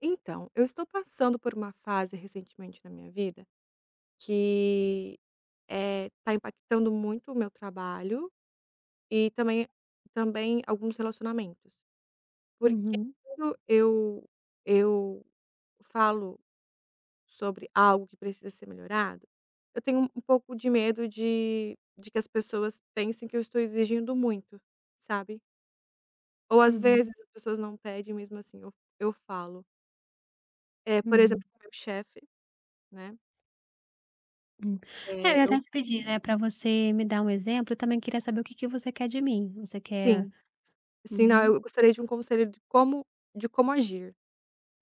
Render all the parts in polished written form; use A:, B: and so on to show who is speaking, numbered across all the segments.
A: Então, eu estou passando por uma fase recentemente na minha vida que está impactando muito o meu trabalho e também alguns relacionamentos. Porque
B: Uhum,
A: quando eu falo sobre algo que precisa ser melhorado, eu tenho um pouco de medo de que as pessoas pensem que eu estou exigindo muito, sabe. Ou às
B: uhum,
A: vezes as pessoas não pedem, mesmo assim eu falo. É, por
B: uhum,
A: exemplo, com o meu chefe, né?
B: hum. É, eu
A: eh,
B: ia até
A: eu
B: te pedir, né, para você me dar um exemplo, eu também queria saber o que que você quer de mim. Você quer
A: Sim. Assim, não,
B: uhum,
A: eu gostaria de um conselho de como agir.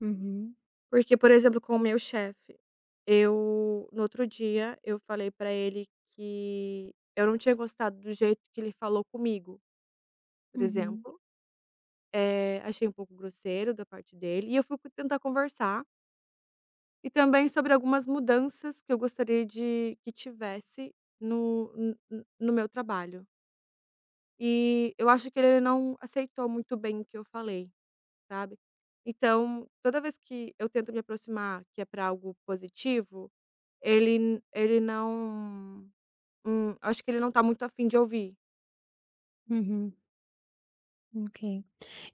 B: uhum,
A: Porque, por exemplo, com o meu chefe, eu, no outro dia, eu falei pra ele que eu não tinha gostado do jeito que ele falou comigo, por
B: uhum,
A: exemplo. Achei um pouco grosseiro da parte dele, e eu fui tentar conversar, e também sobre algumas mudanças que eu gostaria de que tivesse no n n no meu trabalho. E eu acho que ele não aceitou muito bem o que eu falei, sabe. Então, toda vez que eu tento me aproximar, que é para algo positivo, ele não, acho que ele não tá muito afim de ouvir.
B: uhum, ok.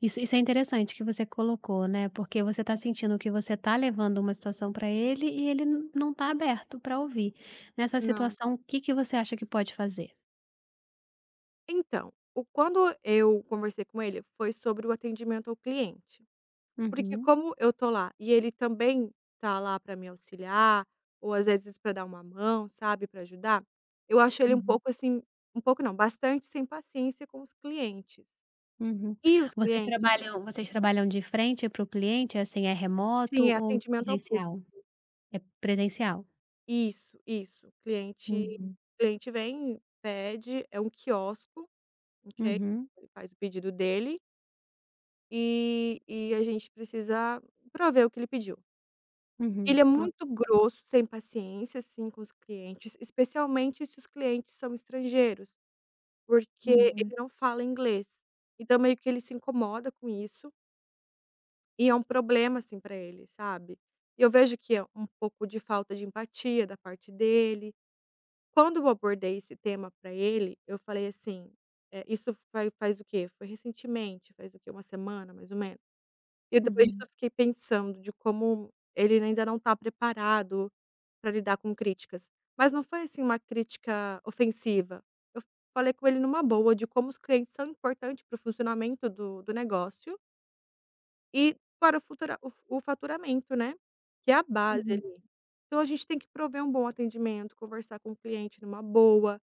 B: Isso é interessante que você colocou, né, porque você está sentindo que você está levando uma situação para ele e ele n não está aberto para ouvir. Nessa
A: Não.
B: situação, o que que você acha que pode fazer?
A: Então, o quando eu conversei com ele, foi sobre o atendimento ao cliente. Porque
B: Uhum,
A: como eu tô lá e ele também tá lá para me auxiliar, ou às vezes para dar uma mão, sabe, para ajudar, eu acho ele um
B: uhum,
A: pouco assim, um pouco não, bastante sem paciência com os clientes.
B: uhum.
A: E os
B: Vocês
A: clientes...
B: trabalham vocês trabalham de frente para o cliente, assim, é remoto
A: Sim, é
B: ou
A: atendimento ao público.
B: presencial? É presencial?
A: Isso, isso. Cliente
B: Uhum.
A: cliente vem, pede. É um quiosco, ok,
B: Uhum,
A: ele faz o pedido dele, e a gente precisa prover o que ele pediu.
B: uhum,
A: Ele é
B: o
A: muito grosso, sem paciência, assim, com os clientes, especialmente se os clientes são estrangeiros, porque
B: uhum,
A: ele não fala inglês. Então meio que ele se incomoda com isso, e é um problema, assim, para ele, sabe. E eu vejo que é um pouco de falta de empatia da parte dele. Quando eu abordei esse tema para ele, eu falei assim: isso faz o quê? Foi recentemente, faz o quê? Uma semana, mais ou menos. E depois disso
B: uhum,
A: eu fiquei pensando de como ele ainda não está preparado para lidar com críticas. Mas não foi, assim, uma crítica ofensiva. Eu falei com ele numa boa de como os clientes são importantes para o funcionamento do negócio e para o faturamento, né, que é a base
B: uhum,
A: ali. Então a gente tem que prover um bom atendimento, conversar com o cliente numa boa.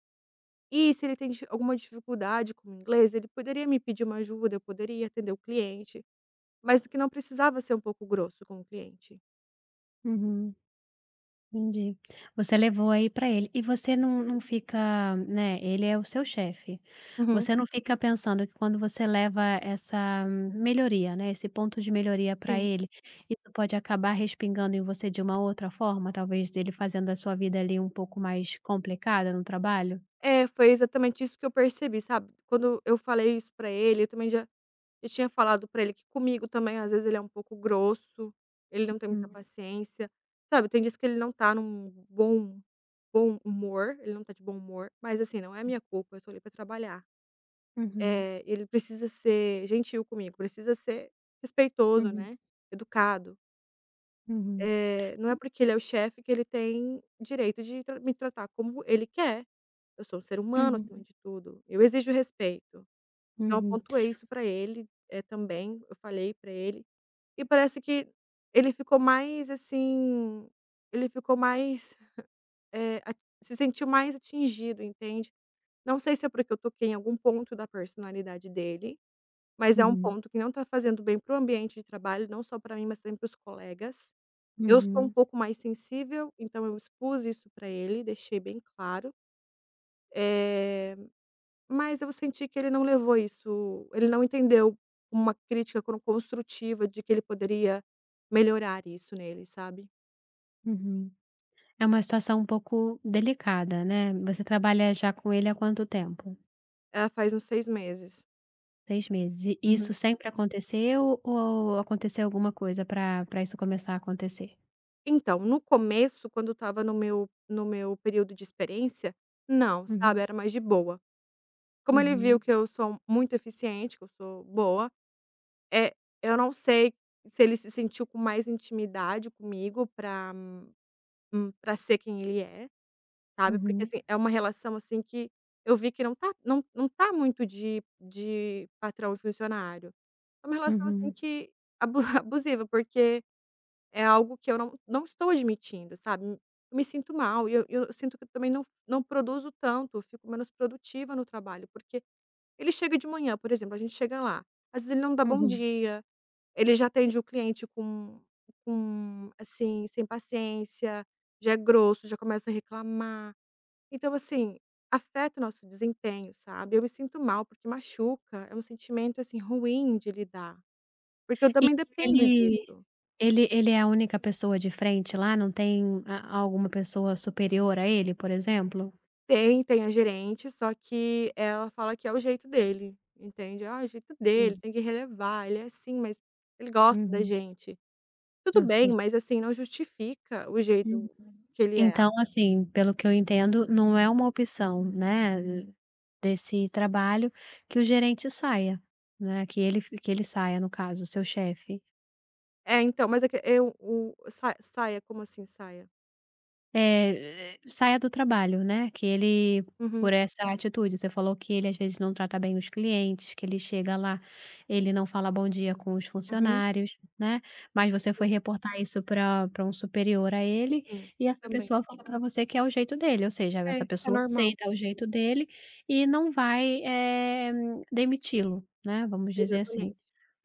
A: E se ele tem dif alguma dificuldade com o inglês, ele poderia me pedir uma ajuda, eu poderia atender o cliente, mas que não precisava ser um pouco grosso com o cliente.
B: uhum, entendi. Você levou aí pra ele. E você não fica, né, ele é o seu chefe,
A: Uhum.
B: você não fica pensando que quando você leva essa melhoria, né, esse ponto de melhoria pra
A: Sim.
B: ele, isso pode acabar respingando em você de uma outra forma? Talvez dele fazendo a sua vida ali um pouco mais complicada no trabalho?
A: É, foi exatamente isso que eu percebi, sabe. Quando eu falei isso pra ele, eu também já tinha falado pra ele que comigo também, às vezes, ele é um pouco grosso, ele não tem muita
B: Uhum.
A: paciência, sabe. Tem dias que ele não tá num bom humor, ele não tá de bom humor, mas assim, não é minha culpa, eu tô ali pra trabalhar.
B: Uhum,
A: Ele precisa ser gentil comigo, precisa ser respeitoso,
B: uhum,
A: né, educado.
B: uhum,
A: Não é porque ele é o chefe que ele tem direito de tra me tratar como ele quer. Eu sou um ser humano acima
B: uhum,
A: de tudo, eu exijo respeito. Então eu
B: uhum,
A: pontuei isso pra ele. É, também, eu falei pra ele, e parece que ele ficou mais, assim, ele ficou mais, eh, a se sentiu mais atingido, entende. Não sei se é porque eu toquei em algum ponto da personalidade dele. Mas é um
B: uhum.
A: ponto que não está fazendo bem para o ambiente de trabalho, não só para mim, mas também para os colegas. Eu sou um
B: Uhum,
A: pouco mais sensível, então eu expus isso para ele, deixei bem claro. Eh, mas eu senti que ele não levou isso, ele não entendeu uma crítica cron construtiva de que ele poderia melhorar isso nele, sabe.
B: uhum. É uma situação um pouco delicada, né. Você trabalha já com ele há quanto tempo?
A: Ah, faz uns 6 meses.
B: 6 meses. E
A: Uhum.
B: isso sempre aconteceu ou aconteceu alguma coisa para isso começar a acontecer?
A: Então, no começo, quando eu estava no meu período de experiência, não, sabe,
B: Uhum,
A: era mais de boa. Como ele viu
B: uhum,
A: que eu sou muito eficiente, que eu sou boa, é, eu não sei se ele se sentiu com mais intimidade comigo pra ser quem ele é, sabe, porque,
B: uhum,
A: assim, é uma relação, assim, que eu vi que não tá muito de patrão e funcionário. É uma relação, assim,
B: uhum,
A: que abu abusiva, porque é algo que eu não estou admitindo, sabe. Eu me sinto mal e eu sinto que eu também não produzo tanto, eu fico menos produtiva no trabalho, porque ele chega de manhã, por exemplo, a gente chega lá, às vezes ele não dá bom
B: uhum.
A: dia, ele já atende o cliente com, assim, sem paciência, já é grosso, já começa a reclamar. Então, assim, afeta o nosso desempenho, sabe. Eu me sinto mal, porque machuca, é um sentimento, assim, ruim de lidar, porque eu
B: E
A: também
B: ele
A: dependo disso.
B: ele é a única pessoa de frente lá? Não tem a alguma pessoa superior a ele, por exemplo?
A: Tem, tem a gerente, só que ela fala que é o jeito dele, entende? "Ah, é o jeito dele,
B: Hum,
A: tem que relevar, ele é assim, mas ele gosta da
B: uhum.
A: gente". Tudo
B: Eu
A: bem,
B: sei.
A: mas assim, não justifica o
B: Uhum.
A: jeito que ele é.
B: Então, assim, pelo que eu entendo, não é uma opção, né, desse trabalho que o gerente saia, né, que ele saia, no caso, o seu chefe.
A: É, então, mas é que eu o sa saia, como assim, saia?
B: É, saia do trabalho, né, que ele por
A: Uhum,
B: essa atitude, você falou que ele às vezes não trata bem os clientes, que ele chega lá, ele não fala bom dia com os
A: uhum.
B: funcionários, né, mas você
A: Sim,
B: foi reportar isso para um superior a ele,
A: sim,
B: e essa
A: também.
B: pessoa falou para você que é o jeito dele, ou seja,
A: É,
B: essa
A: é
B: pessoa
A: normal.
B: aceita o jeito dele e não vai, demiti-lo, né, vamos dizer assim,
A: Exatamente.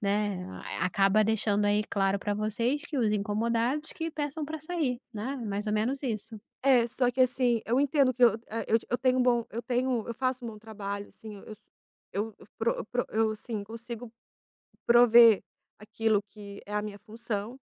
B: né, a acaba deixando aí claro para vocês que os incomodados que peçam para sair, né, mais ou menos isso.
A: É, só que assim, eu entendo que eu tenho um bom, eu tenho, eu faço um bom trabalho, assim, eu, assim, consigo prover aquilo que é a minha função.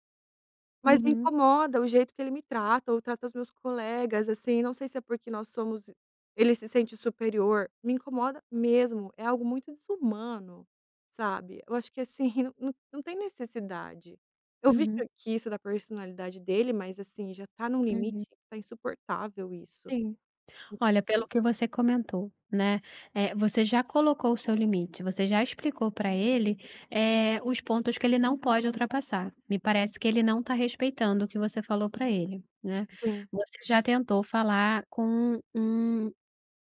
A: Mas me
B: Uhum,
A: incomoda o jeito que ele me trata ou trata os meus colegas, assim, não sei se é porque nós somos ele se sente superior, me incomoda mesmo, é algo muito desumano, sabe. Eu acho que, assim, não tem necessidade. Eu vi
B: uhum,
A: que isso da personalidade dele, mas, assim, já tá num
B: uhum.
A: limite que tá insuportável isso,
B: Sim.
A: entende?
B: Olha, pelo que você comentou, né, você já colocou o seu limite, você já explicou para ele, os pontos que ele não pode ultrapassar. Me parece que ele não está respeitando o que você falou para ele, né.
A: Sim,
B: Você já tentou falar com um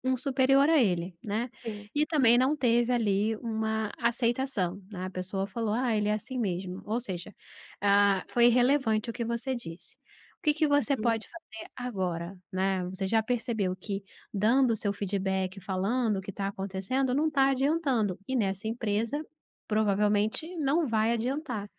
B: Um superior a ele, né.
A: sim.
B: E também não teve ali uma aceitação, né, a pessoa falou: "Ah, ele é assim mesmo", ou seja, ah, foi irrelevante o que você disse. O que que você
A: Uhum.
B: pode fazer agora, né. Você já percebeu que dando o seu feedback, falando o que está acontecendo, não está adiantando, e nessa empresa provavelmente não vai adiantar.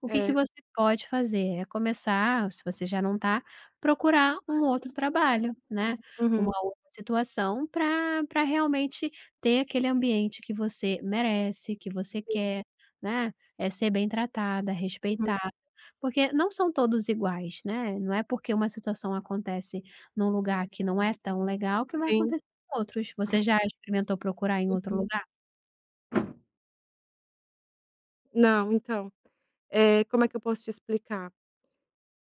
B: O que que
A: É.
B: você pode fazer? É começar, se você já não está, procurar um outro trabalho, né, uma
A: Uhum.
B: outra situação para realmente ter aquele ambiente que você merece, que você
A: Sim,
B: quer, né, é ser bem tratada,
A: uhum.
B: respeitar, porque não são todos iguais, né, não é porque uma situação acontece num lugar que não é tão legal que vai
A: Sim.
B: acontecer em outros. Você já experimentou procurar em outro
A: Uhum.
B: lugar?
A: Não, então, como é que eu posso te explicar?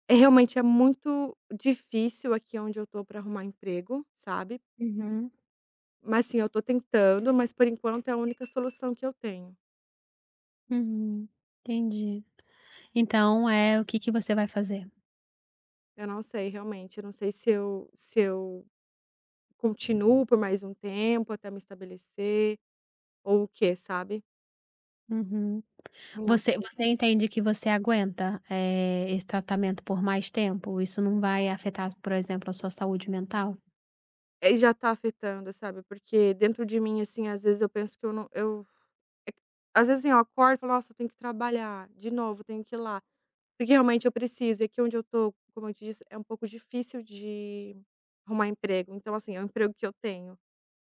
A: É, realmente é muito difícil aqui onde eu tô para arrumar emprego, sabe.
B: Uhum,
A: Mas sim, eu tô tentando, mas por enquanto é a única solução que eu tenho.
B: uhum, entendi. Então, é o que que você vai fazer?
A: Eu não sei realmente, eu não sei se eu continuo por mais um tempo até me estabelecer ou o quê, sabe.
B: Uhum.
A: Não
B: Você
A: sei.
B: você entende que você aguenta, esse tratamento por mais tempo? Isso não vai afetar, por exemplo, a sua saúde mental?
A: É, e já tá afetando, sabe, porque dentro de mim, assim, às vezes eu penso que eu não eu é que, às vezes, assim, eu acordo e falo: "Nossa, eu tenho que trabalhar de novo, eu tenho que ir lá". Porque realmente eu preciso, e aqui onde eu tô, como eu te disse, é um pouco difícil de arrumar emprego. Então, assim, é um emprego que eu tenho,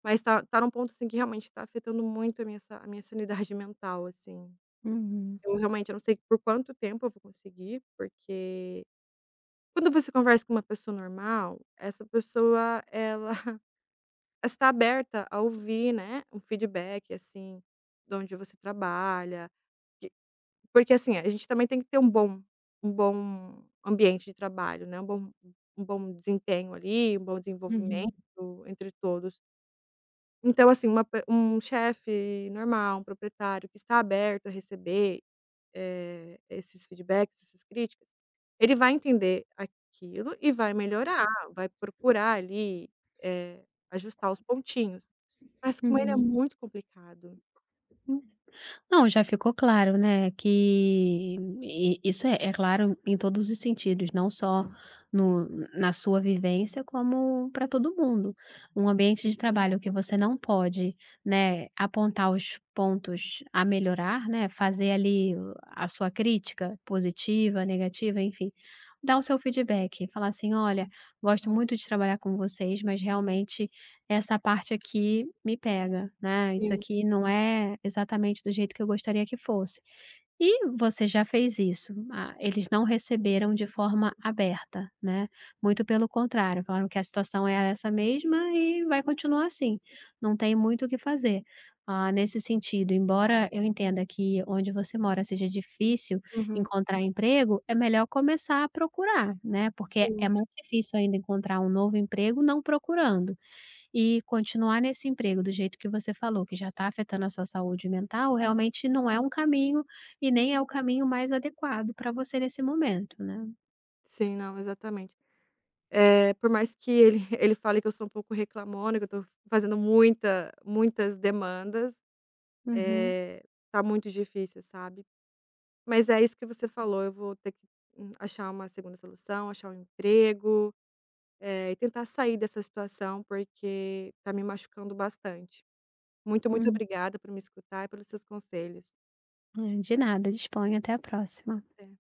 A: mas tá num ponto, assim, que realmente tá afetando muito a minha sanidade mental, assim.
B: Uhum,
A: Eu realmente, eu não sei por quanto tempo eu vou conseguir, porque quando você conversa com uma pessoa normal, essa pessoa ela está aberta a ouvir, né, um feedback, assim, de onde você trabalha. Porque assim, a gente também tem que ter um bom ambiente de trabalho, né, um bom desempenho ali, um bom desenvolvimento
B: uhum,
A: entre todos. Então assim, uma pe um chefe normal, um proprietário que está aberto a receber, esses feedbacks, essas críticas, ele vai entender aquilo e vai melhorar, vai procurar ali, ajustar os pontinhos. Mas com ele é
B: uhum.
A: muito complicado.
B: Não, já ficou claro, né, que e isso é claro em todos os sentidos, não só no na sua vivência, como para todo mundo. Um ambiente de trabalho que você não pode, né, apontar os pontos a melhorar, né, fazer ali o a sua crítica positiva, negativa, enfim, dar o seu feedback, falar assim: "Olha, gosto muito de trabalhar com vocês, mas realmente essa parte aqui me pega, né, isso
A: Sim,
B: aqui não é exatamente do jeito que eu gostaria que fosse. E você já fez isso, ah, eles não receberam de forma aberta, né, muito pelo contrário, falaram que a situação é essa mesma e vai continuar assim, não tem muito o que fazer. Ah, nesse sentido, embora eu entenda que onde você mora seja difícil
A: uhum,
B: encontrar emprego, é melhor começar a procurar, né, porque é
A: sim,
B: muito difícil ainda encontrar um novo emprego não procurando. E continuar nesse emprego do jeito que você falou, que já está afetando a sua saúde mental, realmente não é um caminho, e nem é o caminho mais adequado para você nesse momento, né.
A: sim. Não, exatamente. Por mais que ele ele fale que eu sou um pouco reclamona, que eu tô fazendo muitas demandas,
B: Uhum,
A: eh, tá muito difícil, sabe. Mas é isso que você falou, eu vou ter que, achar uma segunda solução, achar um emprego, e tentar sair dessa situação, porque tá me machucando bastante. Muito, muito
B: uhum.
A: obrigada por me escutar e pelos seus conselhos.
B: De nada, disponha, até a próxima.
A: Até.